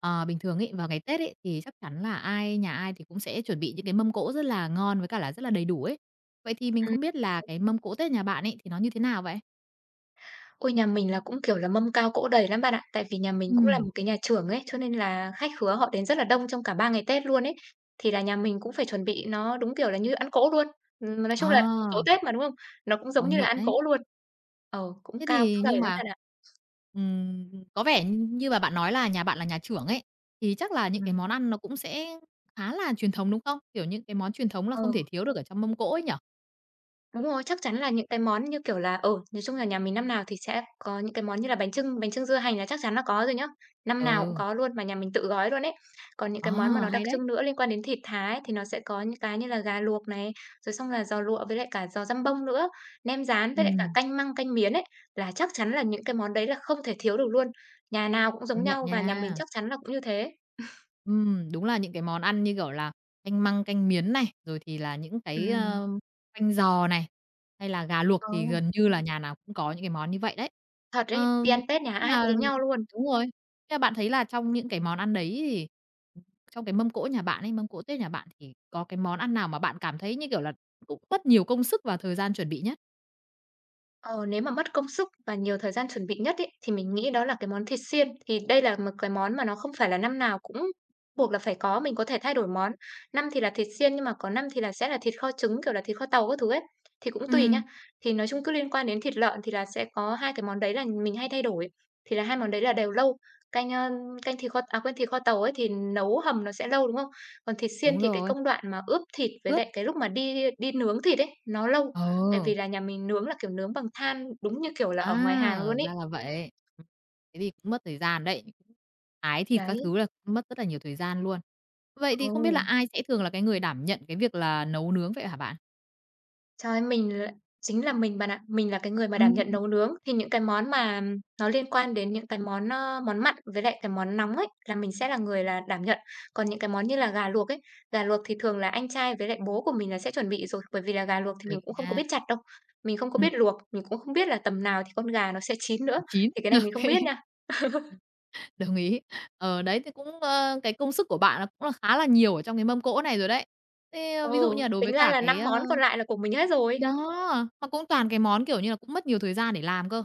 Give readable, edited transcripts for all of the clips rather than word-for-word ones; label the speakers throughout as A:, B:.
A: Ờ, Bình thường ấy, vào ngày Tết ấy, thì chắc chắn là ai nhà ai thì cũng sẽ chuẩn bị những cái mâm cỗ rất là ngon với cả là rất là đầy đủ ấy. Vậy thì mình
B: Ừm.
A: không biết là cái mâm cỗ Tết nhà bạn ấy thì nó như thế nào vậy?
B: Ôi, nhà mình là cũng, kiểu là, mâm cao cỗ đầy lắm bạn ạ. Tại vì nhà mình cũng là
A: Ừm.
B: một cái nhà chưởng ấy, cho nên là khách khứa họ đến rất là đông trong cả 3 ngày Tết luôn ấy. Thì là nhà mình cũng phải chuẩn bị nó đúng, kiểu là, như ăn cỗ luôn. Nói
A: Ờ,
B: chung là cỗ Tết mà, đúng không? Nó cũng giống
A: Công
B: như là
A: nhận
B: ăn
A: đấy.
B: cỗ luôn. Ờ, cũng
A: Thế
B: cao
A: thì
B: cũng đầy
A: nhưng
B: lắm
A: mà,
B: bạn ạ.
A: ừm, có vẻ như mà bạn nói là nhà bạn là nhà trưởng ấy, thì chắc là những cái
B: Ừm,
A: món ăn nó cũng sẽ khá là truyền thống, đúng không? Kiểu, những cái món truyền thống là
B: ờ.
A: không thể thiếu được ở trong mâm cỗ ấy nhỉ?
B: Đúng rồi, chắc chắn là những cái món như kiểu là, nói chung là nhà mình năm nào thì sẽ có những cái món như là bánh chưng dưa hành là chắc chắn là có rồi nhá, năm nào cũng
A: Ừ,
B: có luôn, mà nhà mình tự gói luôn ấy. Còn những
A: ờ,
B: cái món mà nó đặc
A: Hay đấy.
B: trưng nữa liên quan đến thịt Thái thì nó sẽ có những cái như là gà luộc này, rồi xong là giò lụa với lại cả giò dăm bông nữa, nem rán với lại cả
A: Ừm,
B: canh măng, canh miến ấy, là chắc chắn là những cái món đấy là không thể thiếu được luôn. Nhà nào cũng giống
A: Công nhận
B: nhau và nhà mình
A: nha.
B: chắc chắn là cũng như thế.
A: Đúng là những cái món ăn như kiểu là canh măng, canh miến này, rồi thì là những cái,
B: Ừm.
A: canh giò này, hay là gà luộc
B: Ờ.
A: thì gần như là nhà nào cũng có những cái món như vậy đấy.
B: Thật đấy,
A: Ờm,
B: đi ăn Tết nhà
A: nhưng
B: ai cũng
A: mà
B: giống nhau luôn.
A: đúng rồi, thế là bạn thấy là trong những cái món ăn đấy thì trong cái mâm cỗ nhà bạn ấy, mâm cỗ Tết nhà bạn thì có cái món ăn nào mà bạn cảm thấy, như kiểu là, cũng mất nhiều công sức và thời gian chuẩn bị nhất?
B: Ờ, nếu mà mất công sức và nhiều thời gian chuẩn bị nhất ấy, thì mình nghĩ đó là cái món thịt xiên. Thì đây là một cái món mà nó không phải là năm nào cũng buộc là phải có, mình có thể thay đổi món. Năm thì là thịt xiên nhưng mà có năm thì là sẽ là thịt kho trứng, kiểu là thịt kho tàu các thứ ấy, thì cũng tùy nhá.
A: Ừm.
B: Thì nói chung cứ liên quan đến thịt lợn thì là sẽ có hai cái món đấy là mình hay thay đổi. Thì là hai món đấy là đều lâu. Canh, canh thịt kho à, quên, thịt kho tàu ấy thì nấu hầm nó sẽ lâu, đúng không? Còn thịt xiên
A: Đúng
B: thì cái
A: rồi,
B: công đoạn mà ướp thịt với
A: ướp.
B: lại cái lúc mà đi đi nướng thịt ấy, nó lâu. Tại
A: Ờ.
B: vì là nhà mình nướng là, kiểu, nướng bằng than đúng như kiểu là ở ngoài hàng luôn
A: À,
B: ấy.
A: ra là vậy. Ừm, thế thì cũng mất thời gian đấy. Thái thịt các
B: Đấy,
A: thứ là cũng mất rất là nhiều thời gian luôn. Vậy thì không biết
B: ừ,
A: là ai sẽ thường là cái người đảm nhận cái việc là nấu nướng vậy hả bạn?
B: trời ơi, mình là chính là mình bạn ạ. Mình là cái người mà đảm nhận
A: Ừm,
B: nấu nướng, thì những cái món mà nó liên quan đến những cái món, món mặn với lại cái món nóng ấy, là mình sẽ là người là đảm nhận. Còn những cái món như là gà luộc ấy, gà luộc thì thường là anh trai với lại bố của mình là sẽ chuẩn bị rồi, bởi vì là gà luộc thì mình
A: Được
B: cũng không có
A: nha.
B: biết chặt đâu, mình không có biết
A: Ừm,
B: luộc, mình cũng không biết là tầm nào thì con gà nó sẽ chín nữa,
A: chín,
B: thì cái này
A: ô
B: mình không
A: kê.
B: biết nha.
A: Đồng ý. Ờ, đấy thì cũng, cái công sức của bạn là cũng là khá là nhiều ở trong cái mâm cỗ này rồi đấy. Thế, ví dụ
B: Ừ,
A: như là đối
B: tính
A: với
B: ra
A: cả
B: là
A: cái,
B: 5
A: ơ
B: món còn lại là của mình hết rồi.
A: đó, mà cũng toàn cái món, kiểu như là, cũng mất nhiều thời gian để làm cơ.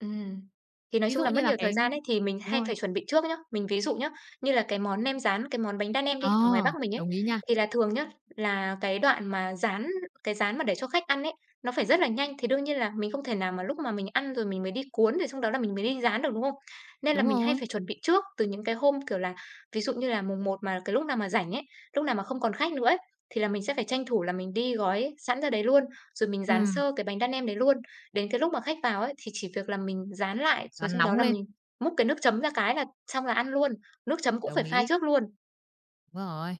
B: Ừm. Thì nói
A: Ví
B: chung
A: dụ
B: là
A: như
B: mất
A: là
B: nhiều thời
A: cái
B: gian ấy, thì mình
A: đúng
B: hay
A: rồi.
B: phải chuẩn bị trước nhá. Mình ví dụ nhá, như là cái món nem rán, cái món bánh đa nem đi,
A: Ờ,
B: ở ngoài Bắc mình ấy,
A: Đồng ý nha.
B: thì là thường nhá, là cái đoạn mà rán cái rán mà để cho khách ăn ấy, nó phải rất là nhanh. Thì đương nhiên là mình không thể nào mà lúc mà mình ăn rồi mình mới đi cuốn, rồi xong đó là mình mới đi rán được, đúng không? Nên là
A: Đúng
B: mình hay
A: rồi.
B: phải chuẩn bị trước từ những cái hôm, kiểu là, ví dụ như là mùng một mà cái lúc nào mà rảnh ấy, lúc nào mà không còn khách nữa ấy, thì là mình sẽ phải tranh thủ là mình đi gói sẵn ra đấy luôn, rồi mình rán
A: Ừm,
B: sơ cái bánh đa nem đấy luôn. Đến cái lúc mà khách vào ấy, thì chỉ việc là mình dán lại, rồi
A: Rán
B: xong đó
A: nóng
B: là
A: lên,
B: mình múc cái nước chấm ra cái là xong là ăn luôn, nước chấm cũng
A: đồng
B: phải pha
A: ý,
B: trước luôn.
A: đúng rồi.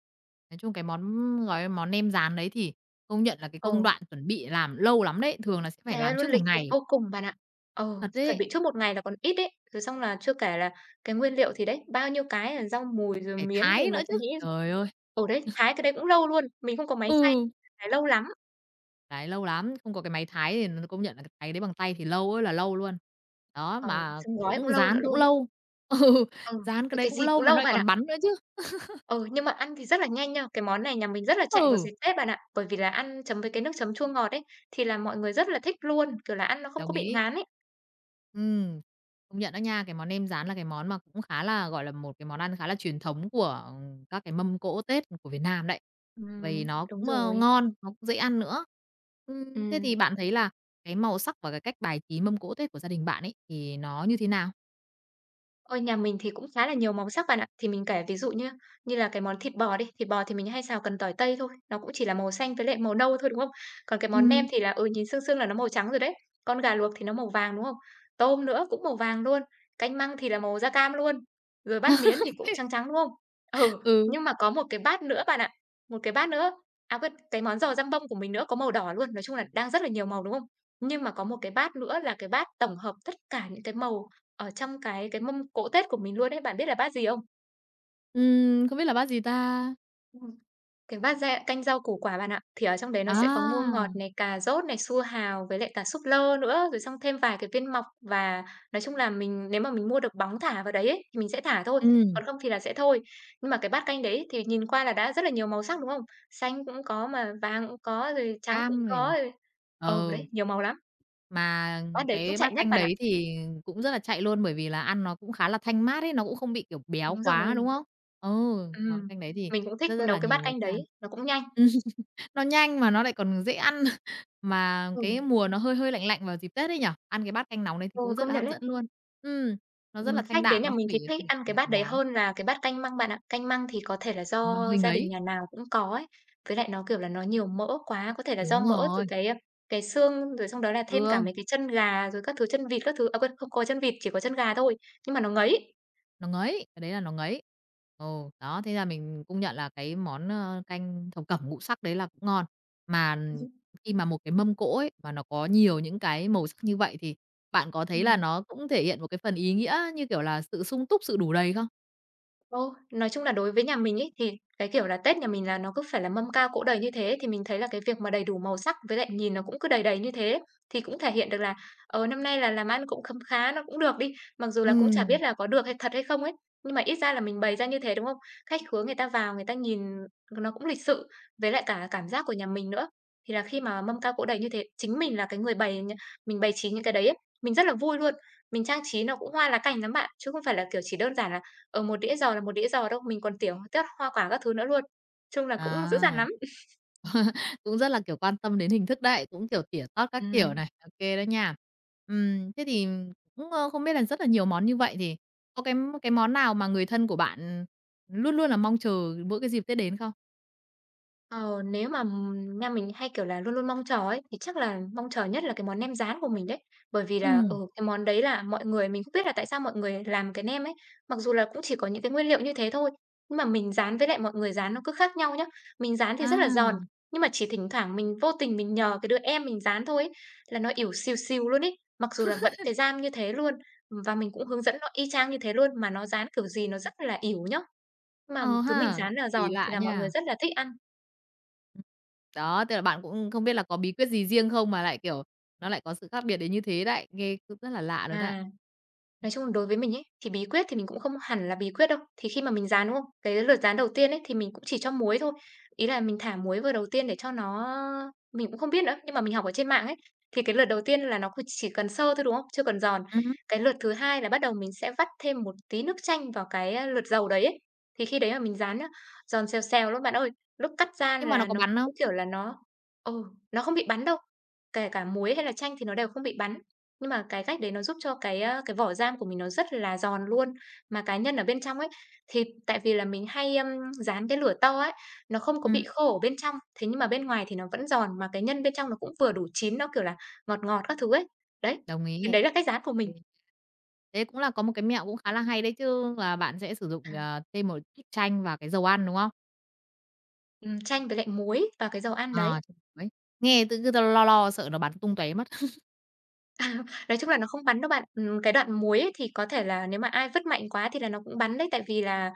A: Nói chung cái món, gọi món nem rán đấy thì công nhận là cái
B: Ờ,
A: công đoạn chuẩn bị làm lâu lắm đấy, thường là sẽ phải
B: thế
A: làm
B: luôn
A: trước một
B: lịch nghịch
A: ngày.
B: vô cùng bạn ạ. Ờ,
A: Thật
B: chuẩn
A: đấy,
B: bị trước một ngày là còn ít ấy, rồi xong là chưa kể là cái nguyên liệu thì đấy, bao nhiêu cái là rau mùi, rồi
A: phải
B: miến, rồi
A: thái nữa
B: mộc
A: chứ.
B: nhĩ.
A: Trời ơi,
B: Ừ, đấy, thái cái đấy cũng lâu luôn, mình không có máy xay,
A: ừ,
B: thái lâu lắm.
A: đấy, lâu lắm, không có cái máy thái thì n công nhận là cái thái đấy bằng tay thì lâu ơi là lâu luôn. Đó,
B: Ờ,
A: mà
B: xong gói cũng
A: cũng
B: lâu nữa
A: rán cũng
B: luôn ấy.
A: lâu. Ừ,
B: Ừ,
A: rán cái đấy
B: cái
A: cũng
B: gì
A: lâu
B: cũng
A: mà nó
B: lâu
A: lại
B: bạn ạ.
A: còn bắn nữa chứ.
B: Ừ, nhưng mà ăn thì rất là nhanh nha. Cái món này nhà mình rất là chạy vào
A: Ừ.
B: dịp Tết bạn ạ. Bởi vì là ăn chấm với cái nước chấm chua ngọt ấy, thì là mọi người rất là thích luôn, kiểu là, ăn nó không có
A: Đồng
B: bị
A: ý.
B: ngán ấy.
A: Ừ, công nhận đó nha, cái món nem rán là cái món mà cũng khá là, gọi là, một cái món ăn khá là truyền thống của ừ, các cái mâm cỗ Tết của Việt Nam đấy. Vầy nó
B: Đúng
A: cũng,
B: rồi.
A: ngon, nó cũng dễ ăn nữa. Thế thì
B: Ừm.
A: bạn thấy là cái màu sắc và cái cách bài trí mâm cỗ Tết của gia đình bạn ấy thì nó như thế nào?
B: Ôi, nhà mình thì cũng khá là nhiều màu sắc bạn ạ. Thì mình kể ví dụ như như là cái món thịt bò đi, thịt bò thì mình hay xào cần tỏi tây thôi, nó cũng chỉ là màu xanh với lại màu nâu thôi, đúng không? Còn cái món nem
A: Ừm,
B: thì là, nhìn sương sương là nó màu trắng rồi đấy. Con gà luộc thì nó màu vàng, đúng không? Tôm nữa cũng màu vàng luôn, canh măng thì là màu da cam luôn, rồi bát miến thì cũng trắng trắng, đúng không? Ừ,
A: ừ,
B: nhưng mà có một cái bát nữa bạn ạ, một cái bát nữa, à, quên, cái món giò răm bông của mình nữa có màu đỏ luôn, nói chung là đang rất là nhiều màu, đúng không? Nhưng mà có một cái bát nữa là cái bát tổng hợp tất cả những cái màu ở trong cái mâm cỗ Tết của mình luôn ấy, bạn biết là bát gì không?
A: không biết là bát gì ta?
B: Ừm. Cái bát da canh rau củ quả bạn ạ. Thì ở trong đấy nó sẽ có ngô
A: À,
B: ngọt này, cà rốt này, su hào với lại cả súp lơ nữa, rồi xong thêm vài cái viên mọc và nói chung là mình nếu mà mình mua được bóng thả vào đấy ấy, thì mình sẽ thả thôi,
A: ừm.
B: còn không thì là sẽ thôi. Nhưng mà cái bát canh đấy thì nhìn qua là đã rất là nhiều màu sắc, đúng không? Xanh cũng có mà vàng cũng có, rồi trắng cũng
A: Cam
B: có,
A: này.
B: rồi
A: Ừ.
B: đấy, nhiều màu lắm.
A: Mà
B: Bát đấy cũng
A: cái
B: chạy
A: bát
B: nhất
A: canh
B: bạn ạ.
A: đấy thì cũng rất là chạy luôn, bởi vì là ăn nó cũng khá là thanh mát ấy, nó cũng không bị, kiểu, béo
B: Đúng
A: quá,
B: rồi,
A: đúng không? Ừ, cái món
B: ừm,
A: canh đấy thì
B: mình cũng thích
A: rất rất
B: nấu
A: là
B: cái bát
A: nhiều người
B: canh
A: thích
B: đấy,
A: ăn.
B: nó cũng nhanh.
A: Nó nhanh mà nó lại còn dễ ăn, mà
B: Ừ.
A: cái mùa nó hơi hơi lạnh lạnh vào dịp Tết ấy nhở? Ăn cái bát canh nóng đấy thì
B: Ừ,
A: cũng rất
B: công
A: là
B: nhận
A: hấp
B: đấy.
A: dẫn luôn. Ừ nó rất là thanh
B: Khách đến
A: đạm,
B: nhà
A: nó không
B: mình thì
A: bị
B: thích ăn cái bát
A: ng
B: đấy
A: ngán,
B: hơn là cái bát canh măng bạn ạ. Canh măng thì có thể là do
A: mà hơi
B: gia đình
A: ngấy.
B: nhà nào cũng có ấy. Với lại nó, kiểu là, nó nhiều mỡ quá, có thể là do
A: Đúng
B: mỡ từ
A: rồi,
B: cái, cái xương, rồi xong đó là thêm cả
A: tương.
B: mấy cái chân gà rồi các thứ, chân vịt các thứ à, quên, không có chân vịt, chỉ có chân gà thôi, nhưng mà nó ngấy.
A: Nó ngấy, cái đấy là nó ngấy. Ồ, đó, thế là mình công nhận là cái món, canh thập cẩm ngũ sắc đấy là cũng ngon. Mà khi mà một cái mâm cỗ ấy, mà nó có nhiều những cái màu sắc như vậy thì bạn có thấy là
B: Ừm.
A: nó cũng thể hiện một cái phần ý nghĩa như kiểu là sự sung túc, sự đủ đầy không?
B: Ô, nói chung là đối với nhà mình ấy, thì cái kiểu là Tết nhà mình là nó cứ phải là mâm cao cỗ đầy như thế, thì mình thấy là cái việc mà đầy đủ màu sắc với lại nhìn nó cũng cứ đầy đầy như thế, thì cũng thể hiện được là, ờ, năm nay là làm ăn cũng khấm khá, nó cũng được đi. Mặc dù là cũng chả biết
A: Ừm.
B: là có được hay thật hay không ấy, nhưng mà ít ra là mình bày ra như thế, đúng không? Khách khứa người ta vào người ta nhìn nó cũng lịch sự, với lại cả cảm giác của nhà mình nữa. Thì là khi mà mâm cao cỗ đầy như thế, chính mình là cái người bày nh mình bày trí những cái đấy ấy, mình rất là vui luôn. Mình trang trí nó cũng hoa lá cành lắm bạn, chứ không phải là, kiểu, chỉ đơn giản là ở một đĩa giò là một đĩa giò đâu, mình còn, tiểu, tiết hoa quả các thứ nữa luôn, chung là cũng dữ dằn
A: À.
B: lắm.
A: Cũng rất là, kiểu, quan tâm đến hình thức đấy, cũng, kiểu, tỉa tót các kiểu
B: Ừm.
A: này, ok đó nha. Thế thì cũng, không biết là rất là nhiều món như vậy thì có cái món nào mà người thân của bạn luôn luôn là mong chờ mỗi cái dịp Tết đến không?
B: Ờ, nếu mà, na mình hay, kiểu là, luôn luôn mong chờ ấy, thì chắc là mong chờ nhất là cái món nem rán của mình đấy. Bởi vì là,
A: Ừm,
B: cái món đấy là mọi người mình không biết là tại sao mọi người làm cái nem ấy, mặc dù là cũng chỉ có những cái nguyên liệu như thế thôi, nhưng mà mình rán với lại mọi người rán nó cứ khác nhau nhá. Mình rán thì rất là giòn,
A: à,
B: nhưng mà chỉ thỉnh thoảng mình vô tình mình nhờ cái đứa em mình rán thôi ấy, là nó ỉu xìu xìu luôn ấy, mặc dù là vẫn cái rang như thế luôn, và mình cũng hướng dẫn nó y chang như thế luôn, mà nó rán kiểu gì nó rất là ỉu nhá. Mà
A: ờ
B: thứ mình
A: ha,
B: rán là
A: kỳ
B: giòn thì
A: lạ
B: là mọi người
A: nha.
B: rất là thích ăn.
A: Ừm. Đó, tức là bạn cũng không biết là có bí quyết gì riêng không mà lại, kiểu, nó lại có sự khác biệt đến như thế đấy, nghe cũng rất là lạ luôn ạ.
B: À. Nói chung là đối với mình ấy, thì bí quyết thì mình cũng không hẳn là bí quyết đâu. Thì khi mà mình rán, đúng không? Cái lượt rán đầu tiên ấy, thì mình cũng chỉ cho muối thôi. Ý là mình thả muối vào đầu tiên để cho nó. Mình cũng không biết nữa, nhưng mà mình học ở trên mạng ấy, thì cái lượt đầu tiên là nó c chỉ cần sơ thôi, đúng không? Chưa cần giòn.
A: Ừm,
B: Cái lượt thứ hai là bắt đầu mình sẽ vắt thêm một tí nước chanh vào cái lượt dầu đấy ấy. Thì khi đấy mà mình rán á, giòn xèo xèo luôn bạn ơi. Lúc cắt ra
A: nhưng mà nó
B: là
A: có
B: nó
A: bắn không?
B: cũng, kiểu là, ừ, nó không bị bắn đâu. Kể cả muối hay là chanh thì nó đều không bị bắn. Nhưng mà cái cách đấy nó giúp cho cái vỏ ram của mình nó rất là giòn luôn. Mà cá nhân ở bên trong ấy, thì tại vì là mình hay, rán cái lửa to ấy, nó không có bị
A: Ừm.
B: khô ở bên trong, thế nhưng mà bên ngoài thì nó vẫn giòn, mà cái nhân bên trong nó cũng vừa đủ chín, nó, kiểu là, ngọt ngọt các thứ ấy. Đấy,
A: Đồng
B: thì
A: ý.
B: đấy là cách dán của mình.
A: Ừm. Thế cũng là có một cái mẹo cũng khá là hay đấy chứ, là bạn sẽ sử dụng, thêm một ít chanh và cái dầu ăn, đúng không?
B: Chanh với lại muối vào cái dầu ăn
A: Ờ,
B: đấy.
A: chanh muối. Nghe tự cứ lo lo sợ nó bắn tung tóe mất.
B: À, nói chung là nó không bắn đâu bạn. Cái đoạn muối ấy thì có thể là nếu mà ai vứt mạnh quá thì là nó cũng bắn đấy, tại vì là,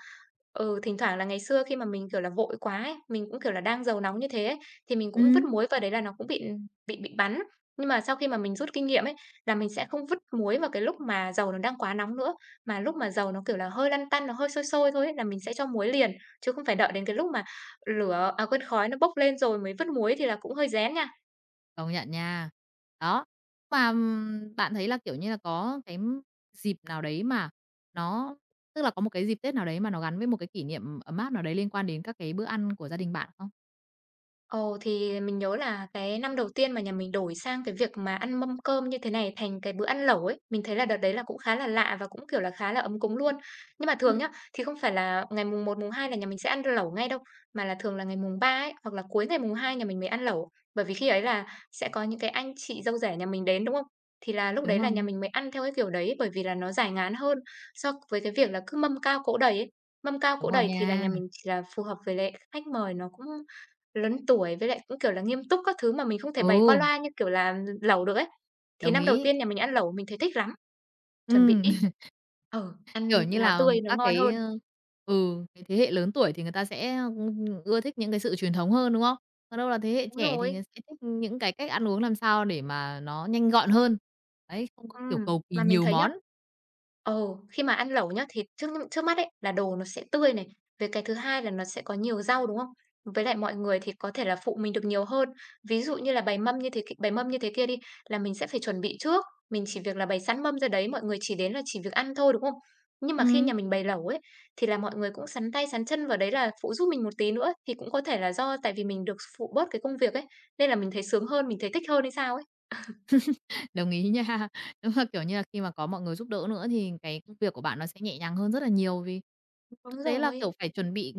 B: ừ, thỉnh thoảng là ngày xưa khi mà mình, kiểu là, vội quá ấy, mình cũng, kiểu là, đang giàu nóng như thế ấy, thì mình cũng vứt
A: Ừm,
B: muối vào đấy là nó cũng bị bắn. Nhưng mà sau khi mà mình rút kinh nghiệm ấy, là mình sẽ không vứt muối vào cái lúc mà dầu nó đang quá nóng nữa, mà lúc mà dầu nó, kiểu là, hơi lăn tăn, nó hơi sôi sôi thôi ấy, là mình sẽ cho muối liền, chứ không phải đợi đến cái lúc mà lửa à, quên, khói nó bốc lên rồi mới vứt muối thì là cũng hơi rén nha.
A: Công nhận nha. Đó, mà, bạn thấy là, kiểu như là, có dịp nào đấy mà nó tức là có một cái dịp Tết nào đấy mà nó gắn với một cái kỷ niệm ấm áp nào đấy liên quan đến các cái bữa ăn của gia đình bạn không?
B: Ồ, thì mình nhớ là cái năm đầu tiên mà nhà mình đổi sang cái việc mà ăn mâm cơm như thế này thành cái bữa ăn lẩu ấy, mình thấy là đợt đấy là cũng khá là lạ và cũng, kiểu là, khá là ấm cúng luôn. Nhưng mà thường nhá,
A: Ừm.
B: thì không phải là ngày mùng một, mùng 2 là nhà mình sẽ ăn lẩu ngay đâu, mà là thường là ngày mùng 3 ấy, hoặc là cuối ngày mùng 2 nhà mình mới ăn lẩu. Bởi vì khi ấy là sẽ có những cái anh chị dâu rẻ nhà mình đến, đúng không? Thì là lúc đấy
A: Đúng
B: là nhà
A: không?
B: mình mới ăn theo cái kiểu đấy, bởi vì là nó giải ngán hơn so với cái việc là cứ mâm cao cỗ đầy ấy. Mâm cao cỗ
A: Đúng rồi
B: đầy thì là
A: nha.
B: nhà mình chỉ là phù hợp với lại khách mời nó cũng lớn tuổi với lại cũng, kiểu là, nghiêm túc các thứ mà mình không thể bày qua
A: Ừ,
B: loa như, kiểu là, lẩu được ấy. Thì
A: đồng
B: năm đầu
A: ý.
B: tiên nhà mình ăn lẩu mình thấy thích lắm, chuẩn bị
A: Ừm.
B: ít. Ừ,
A: Kiểu
B: ăn
A: như
B: nó
A: là,
B: tươi
A: ừ,
B: nó
A: các
B: ngon
A: cái,
B: hơn.
A: cái thế hệ lớn tuổi thì người ta sẽ, ưa thích những cái sự truyền thống hơn, đúng không? Còn đâu là thế hệ
B: Đúng
A: trẻ thì
B: rồi.
A: người sẽ thích những cái cách ăn uống làm sao để mà nó nhanh gọn hơn. Đấy, không có,
B: Ừm,
A: kiểu, cầu kỳ
B: mà mình
A: nhiều
B: thấy nhá,
A: món.
B: khi mà ăn lẩu nhá, thì trước trước mắt ấy, là đồ nó sẽ tươi này, với cái thứ hai là nó sẽ có nhiều rau, đúng không? Với lại mọi người thì có thể là phụ mình được nhiều hơn. Ví dụ như là bày mâm như thế kia đi, là mình sẽ phải chuẩn bị trước, mình chỉ việc là bày sẵn mâm ra đấy, mọi người chỉ đến là chỉ việc ăn thôi, đúng không? Nhưng mà khi nhà
A: Ừm.
B: mình bày lẩu ấy, thì là mọi người cũng sắn tay sắn chân vào đấy là phụ giúp mình một tí nữa, thì cũng có thể là do tại vì mình được phụ bớt cái công việc ấy, nên là mình thấy sướng hơn, mình thấy thích hơn hay sao ấy.
A: Đồng ý nha. Đúng là, kiểu như là, khi mà có mọi người giúp đỡ nữa thì cái công việc của bạn nó sẽ nhẹ nhàng hơn rất là nhiều vì
B: Đúng
A: thực tế là,
B: rồi.
A: kiểu, phải chuẩn bị,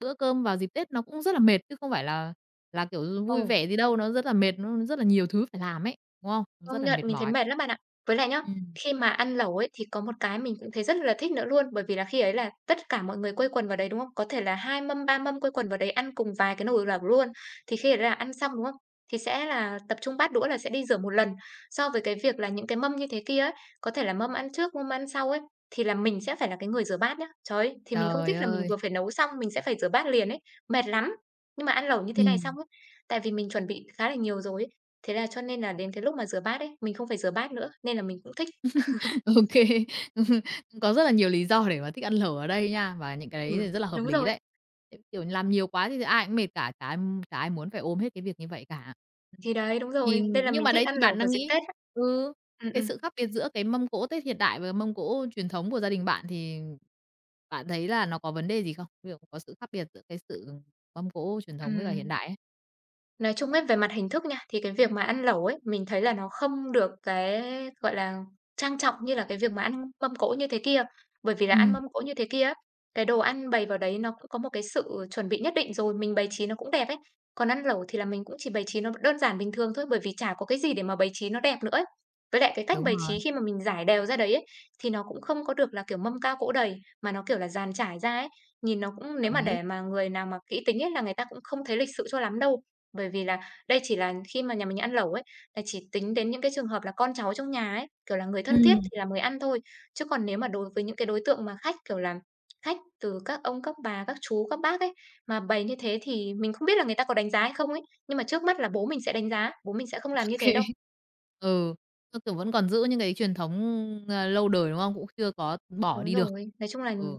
A: bữa cơm vào dịp Tết nó cũng rất là mệt chứ không phải là kiểu, vui
B: Ừ.
A: vẻ gì đâu, nó rất là mệt, nó rất là nhiều thứ phải làm ấy, đúng không?
B: Công
A: Rất là
B: nhận,
A: mệt
B: mình thấy
A: mỏi.
B: mệt lắm bạn ạ. Với lại nhá,
A: Ừm,
B: khi mà ăn lẩu ấy thì có một cái mình cũng thấy rất là thích nữa luôn, bởi vì là khi ấy là tất cả mọi người quây quần vào đấy, đúng không? Có thể là 2 mâm, 3 mâm quây quần vào đấy ăn cùng vài cái nồi lẩu luôn. Thì khi ấy là ăn xong, đúng không? Thì sẽ là tập trung bát đũa là sẽ đi rửa một lần. So với cái việc là những cái mâm như thế kia ấy, có thể là mâm ăn trước, mâm ăn sau ấy, thì là mình sẽ phải là cái người rửa bát nhá. Trời ơi, thì mình không
A: trời
B: thích là mình
A: ơi!
B: vừa phải nấu xong mình sẽ phải rửa bát liền ấy, mệt lắm. Nhưng mà ăn lẩu như thế này xong
A: Ừm.
B: ấy, tại vì mình chuẩn bị khá là nhiều rồi ấy, thế là cho nên là đến cái lúc mà rửa bát ấy, mình không phải rửa bát nữa, nên là mình cũng thích
A: OK, có rất là nhiều lý do để mà thích ăn lẩu ở đây nha, và những cái đấy
B: ừ,
A: thì rất là hợp
B: Đúng
A: lý
B: rồi,
A: đấy. Kiểu kiểu, làm nhiều quá thì ai cũng mệt cả, chả ai muốn phải ôm hết cái việc như vậy cả. Ừm.
B: thì đấy, đúng
A: Thì
B: rồi, nên là
A: nhưng
B: mình
A: mà
B: thích
A: đấy
B: ăn
A: thì
B: lẩu
A: bạn
B: vào
A: đang
B: dịp
A: nghĩ
B: Tết á.
A: ừ,
B: Ừm,
A: cái
B: ừm,
A: sự khác biệt giữa cái mâm cỗ Tết hiện đại và mâm cỗ truyền thống của gia đình bạn thì bạn thấy là nó có vấn đề gì không? Ví dụ có sự khác biệt giữa cái sự mâm cỗ truyền thống với cả hiện
B: ừm.
A: đại ấy?
B: Nói chung ấy, về mặt hình thức nha, thì cái việc mà ăn lẩu ấy, mình thấy là nó không được cái, gọi là, trang trọng như là cái việc mà ăn mâm cỗ như thế kia. Bởi vì là ăn
A: Ừm.
B: mâm cỗ như thế kia á, cái đồ ăn bày vào đấy nó cũng có một cái sự chuẩn bị nhất định rồi, mình bày trí nó cũng đẹp ấy. Còn ăn lẩu thì là mình cũng chỉ bày trí nó đơn giản bình thường thôi, bởi vì chả có cái gì để mà bày trí nó đẹp nữa ấy. Với lại cái cách
A: Đúng
B: bày trí
A: rồi,
B: khi mà mình rải đều ra đấy ấy, thì nó cũng không có được là, kiểu, mâm cao cỗ đầy, mà nó, kiểu là, dàn trải ra ấy. Nhìn nó cũng nếu
A: đồng
B: mà
A: ý.
B: để mà người nào mà kỹ tính ấy là người ta cũng không thấy lịch sự cho lắm đâu. Bởi vì là đây chỉ là khi mà nhà mình ăn lẩu ấy, là chỉ tính đến những cái trường hợp là con cháu trong nhà ấy, kiểu là, người thân thiết
A: Ừm,
B: thì là mới ăn thôi. Chứ còn nếu mà đối với những cái đối tượng mà khách, kiểu là, khách từ các ông, các bà, các chú, các bác ấy, mà bày như thế thì mình không biết là người ta có đánh giá hay không ấy, nhưng mà trước mắt là bố mình sẽ đánh giá, bố mình sẽ không
A: ô
B: làm như thế đâu.
A: Ừ, theo kiểu vẫn còn giữ những cái truyền thống, lâu đời, đúng không? Cũng chưa có bỏ
B: Đúng
A: đi được.
B: rồi, nói chung là
A: Ừ,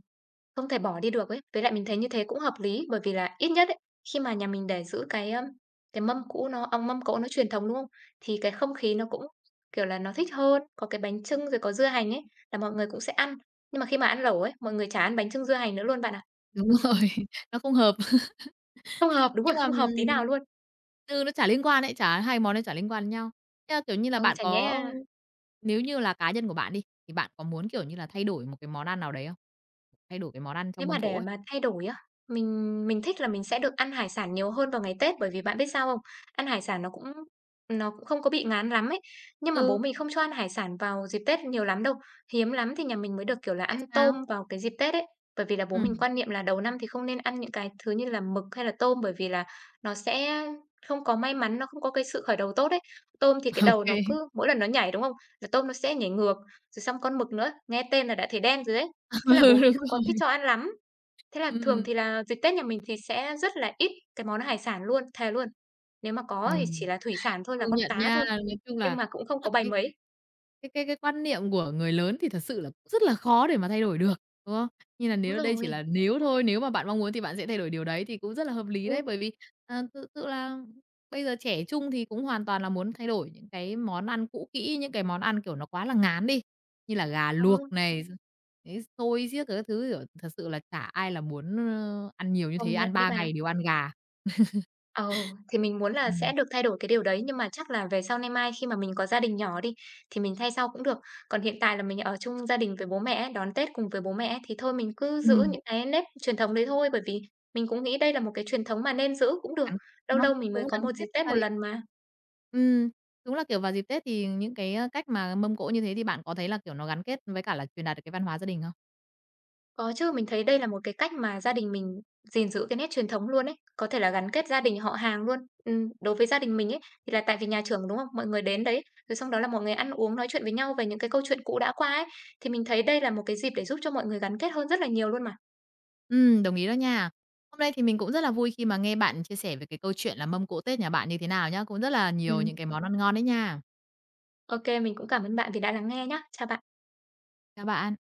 B: không thể bỏ đi được ấy. Với lại mình thấy như thế cũng hợp lý, bởi vì là ít nhất ấy, khi mà nhà mình để giữ cái mâm cũ nó ông mâm cỗ nó truyền thống, đúng không? Thì cái không khí nó cũng, kiểu là, nó thích hơn, có cái bánh chưng rồi có dưa hành ấy, là mọi người cũng sẽ ăn. Nhưng mà khi mà ăn lẩu ấy, mọi người chả ăn bánh chưng dưa hành nữa luôn bạn ạ.
A: đúng rồi, nó không hợp.
B: Không hợp, đúng rồi,
A: Nhưng mà,
B: không hợp tí nào luôn.
A: ừ, nó chả liên quan ấy, chả hai món đấy chả liên quan đến nhau. Thế là, kiểu như là,
B: Ừ,
A: bạn
B: chả nhẽ.
A: có nếu như là cá nhân của bạn đi, thì bạn có muốn, kiểu như là, thay đổi một cái món ăn nào đấy không? Thay đổi cái món ăn
B: Nếu
A: trong
B: mà
A: mâm cỗ
B: để
A: ấy.
B: mà thay đổi á, mình thích là mình sẽ được ăn hải sản nhiều hơn vào ngày Tết, bởi vì bạn biết sao không? Ăn hải sản nó cũng không có bị ngán lắm ấy. Nhưng mà bố
A: Ừ,
B: mình không cho ăn hải sản vào dịp Tết nhiều lắm đâu, hiếm lắm thì nhà mình mới được, kiểu là,
A: tại
B: ăn
A: sao?
B: tôm vào cái dịp Tết ấy. Bởi vì là bố mình
A: Ừm,
B: quan niệm là đầu năm thì không nên ăn những cái thứ như là mực hay là tôm, bởi vì là nó sẽ không có may mắn, nó không có cái sự khởi đầu tốt ấy. Tôm thì
A: ô
B: cái đầu nó cứ mỗi lần nó nhảy, đúng không? Là tôm nó sẽ nhảy ngược, rồi xong con mực nữa, nghe tên là đã thấy đen rồi đấy. Thế là
A: Ừ,
B: bố mình
A: đúng
B: không có thích
A: rồi.
B: cho ăn lắm. Thế là thường
A: Ừ.
B: thì là dịp Tết nhà mình thì sẽ rất là ít cái món hải sản luôn, thề luôn. Nếu mà có thì chỉ
A: Ừm.
B: là thủy sản thôi, là
A: Công
B: con
A: nhận
B: cá
A: nha.
B: thôi,
A: Nói chung
B: nhưng
A: là
B: mà cũng
A: đúng
B: không có
A: là
B: bày
A: cái
B: mấy.
A: cái quan niệm của người lớn thì thật sự là cũng rất là khó để mà thay đổi được, đúng không? Như là
B: Đúng
A: nếu đây chỉ
B: rồi,
A: là nếu thôi, nếu mà bạn mong muốn thì bạn sẽ thay đổi điều đấy thì cũng rất là hợp lý đấy,
B: ừ,
A: bởi vì, tự sự là bây giờ trẻ trung thì cũng hoàn toàn là muốn thay đổi những cái món ăn cũ kỹ, những cái món ăn, kiểu, nó quá là ngán đi, như là gà
B: ờ,
A: luộc này, rồi đấy, xôi xiếc các thứ, kiểu, thật sự là chả ai là muốn, ăn nhiều như thế,
B: công nhận
A: ăn
B: đấy
A: 3
B: bạn.
A: ngày đều ăn gà.
B: Ừ, thì mình muốn là sẽ
A: Ừm.
B: được thay đổi cái điều đấy, nhưng mà chắc là về sau nay mai khi mà mình có gia đình nhỏ đi, thì mình thay sau cũng được. Còn hiện tại là mình ở chung gia đình với bố mẹ đón Tết cùng với bố mẹ thì thôi mình cứ giữ
A: Ừm.
B: những cái nếp truyền thống đấy thôi, bởi vì mình cũng nghĩ đây là một cái truyền thống mà nên giữ cũng được.
A: Gắn
B: Lâu
A: nó
B: lâu mình mới
A: cũng
B: có
A: gắn
B: một dịp
A: kết
B: Tết
A: gia
B: một
A: đình.
B: lần mà.
A: Ừm, đúng là, kiểu, vào dịp Tết thì những cái, cách mà mâm cỗ như thế thì bạn có thấy là, kiểu, nó gắn kết với cả là truyền đạt được cái văn hóa gia đình không?
B: Có chứ, mình thấy đây là một cái cách mà gia đình mình gìn giữ cái nét truyền thống luôn ấy, có thể là gắn kết gia đình họ hàng luôn. Đối với gia đình mình ấy, thì là tại vì nhà trưởng, đúng không? Mọi người đến đấy, rồi xong đó là mọi người ăn uống nói chuyện với nhau về những cái câu chuyện cũ đã qua ấy, thì mình thấy đây là một cái dịp để giúp cho mọi người gắn kết hơn rất là nhiều luôn mà.
A: Đồng ý đó nha. Hôm nay thì mình cũng rất là vui khi mà nghe bạn chia sẻ về cái câu chuyện là mâm cỗ Tết nhà bạn như thế nào nhá. Cũng rất là nhiều
B: Ừm,
A: những cái món ăn ngon đấy nha.
B: ô mình cũng cảm ơn bạn vì đã lắng nghe nhá. Chào bạn.
A: Chào bạn.